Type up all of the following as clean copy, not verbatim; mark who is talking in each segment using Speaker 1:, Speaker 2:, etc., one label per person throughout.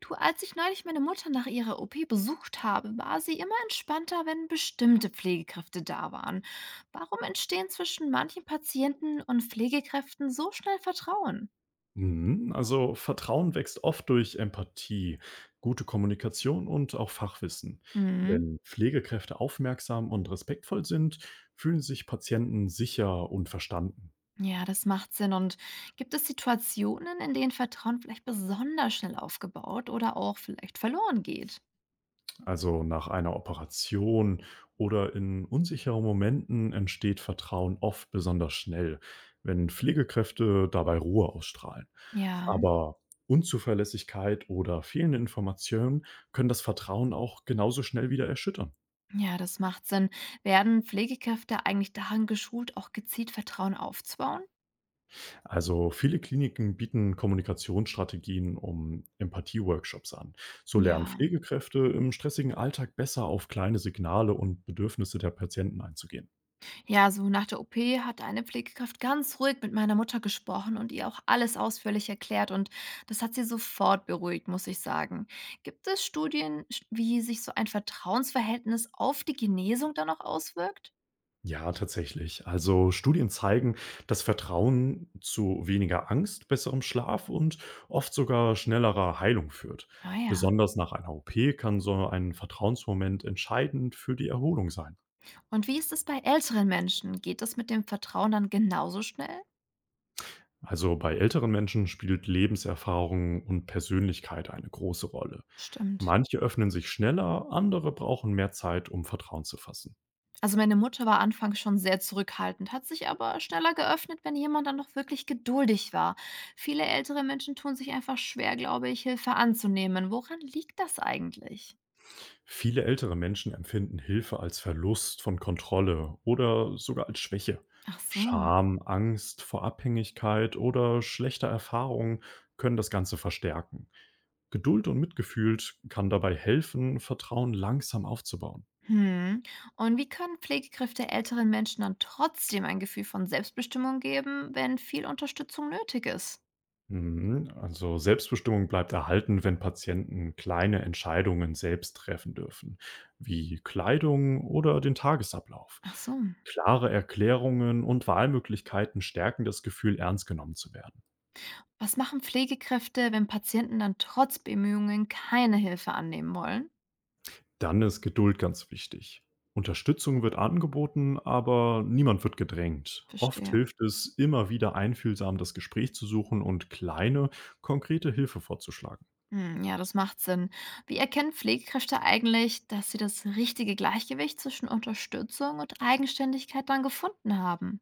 Speaker 1: Du, als ich neulich meine Mutter nach ihrer OP besucht habe, war sie immer entspannter, wenn bestimmte Pflegekräfte da waren. Warum entstehen zwischen manchen Patienten und Pflegekräften so schnell Vertrauen?
Speaker 2: Mhm. Also Vertrauen wächst oft durch Empathie, gute Kommunikation und auch Fachwissen.
Speaker 1: Mhm.
Speaker 2: Wenn Pflegekräfte aufmerksam und respektvoll sind, fühlen sich Patienten sicher und verstanden.
Speaker 1: Ja, das macht Sinn. Und gibt es Situationen, in denen Vertrauen vielleicht besonders schnell aufgebaut oder auch vielleicht verloren geht?
Speaker 2: Also nach einer Operation oder in unsicheren Momenten entsteht Vertrauen oft besonders schnell, wenn Pflegekräfte dabei Ruhe ausstrahlen.
Speaker 1: Ja,
Speaker 2: Aber Unzuverlässigkeit oder fehlende Informationen können das Vertrauen auch genauso schnell wieder erschüttern.
Speaker 1: ja, das macht Sinn. Werden Pflegekräfte eigentlich daran geschult, auch gezielt Vertrauen aufzubauen?
Speaker 2: Also viele Kliniken bieten Kommunikationsstrategien um Empathie-Workshops an. So lernen
Speaker 1: Ja.
Speaker 2: Pflegekräfte im stressigen Alltag besser auf kleine Signale und Bedürfnisse der Patienten einzugehen.
Speaker 1: Ja, so nach der OP hat eine Pflegekraft ganz ruhig mit meiner Mutter gesprochen und ihr auch alles ausführlich erklärt und das hat sie sofort beruhigt, muss ich sagen. Gibt es Studien, wie sich so ein Vertrauensverhältnis auf die Genesung dann auch auswirkt?
Speaker 2: Ja, tatsächlich. Also Studien zeigen, dass Vertrauen zu weniger Angst, besserem Schlaf und oft sogar schnellerer Heilung führt.
Speaker 1: Ah ja.
Speaker 2: Besonders nach einer OP kann so ein Vertrauensmoment entscheidend für die Erholung sein.
Speaker 1: Und wie ist es bei älteren Menschen? Geht das mit dem Vertrauen dann genauso schnell?
Speaker 2: Also bei älteren Menschen spielt Lebenserfahrung und Persönlichkeit eine große Rolle.
Speaker 1: Stimmt.
Speaker 2: Manche öffnen sich schneller, andere brauchen mehr Zeit, um Vertrauen zu fassen.
Speaker 1: Also meine Mutter war anfangs schon sehr zurückhaltend, hat sich aber schneller geöffnet, wenn jemand dann noch wirklich geduldig war. Viele ältere Menschen tun sich einfach schwer, glaube ich, Hilfe anzunehmen. Woran liegt das eigentlich?
Speaker 2: Viele ältere Menschen empfinden Hilfe als Verlust von Kontrolle oder sogar als Schwäche.
Speaker 1: Ach so.
Speaker 2: Scham, Angst vor Abhängigkeit oder schlechter Erfahrungen können das Ganze verstärken. Geduld und Mitgefühl kann dabei helfen, Vertrauen langsam aufzubauen.
Speaker 1: Hm. Und wie können Pflegekräfte älteren Menschen dann trotzdem ein Gefühl von Selbstbestimmung geben, wenn viel Unterstützung nötig ist?
Speaker 2: Mhm. Also Selbstbestimmung bleibt erhalten, wenn Patienten kleine Entscheidungen selbst treffen dürfen, wie Kleidung oder den Tagesablauf.
Speaker 1: Ach so.
Speaker 2: Klare Erklärungen und Wahlmöglichkeiten stärken das Gefühl, ernst genommen zu werden.
Speaker 1: Was machen Pflegekräfte, wenn Patienten dann trotz Bemühungen keine Hilfe annehmen wollen?
Speaker 2: Dann ist Geduld ganz wichtig. Unterstützung wird angeboten, aber niemand wird gedrängt. Oft
Speaker 1: Verstehe.
Speaker 2: hilft es, immer wieder einfühlsam das Gespräch zu suchen und kleine, konkrete Hilfe vorzuschlagen.
Speaker 1: Hm, ja, das macht Sinn. Wie erkennen Pflegekräfte eigentlich, dass sie das richtige Gleichgewicht zwischen Unterstützung und Eigenständigkeit dann gefunden haben?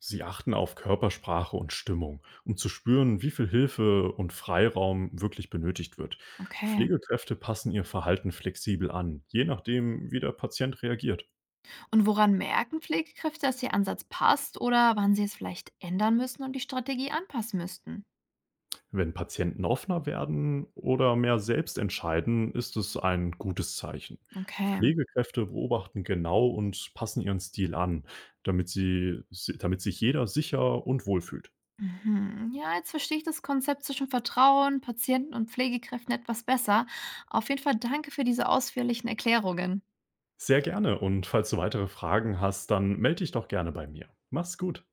Speaker 2: Sie achten auf Körpersprache und Stimmung, um zu spüren, wie viel Hilfe und Freiraum wirklich benötigt wird.
Speaker 1: Okay.
Speaker 2: Pflegekräfte passen ihr Verhalten flexibel an, je nachdem, wie der Patient reagiert.
Speaker 1: Und woran merken Pflegekräfte, dass ihr Ansatz passt oder wann sie es vielleicht ändern müssen und die Strategie anpassen müssten?
Speaker 2: Wenn Patienten offener werden oder mehr selbst entscheiden, ist es ein gutes Zeichen.
Speaker 1: Okay.
Speaker 2: Pflegekräfte beobachten genau und passen ihren Stil an, damit sich jeder sicher und wohl fühlt.
Speaker 1: Mhm. Ja, jetzt verstehe ich das Konzept zwischen Vertrauen, Patienten und Pflegekräften etwas besser. Auf jeden Fall danke für diese ausführlichen Erklärungen.
Speaker 2: Sehr gerne, und falls du weitere Fragen hast, dann melde dich doch gerne bei mir. Mach's gut.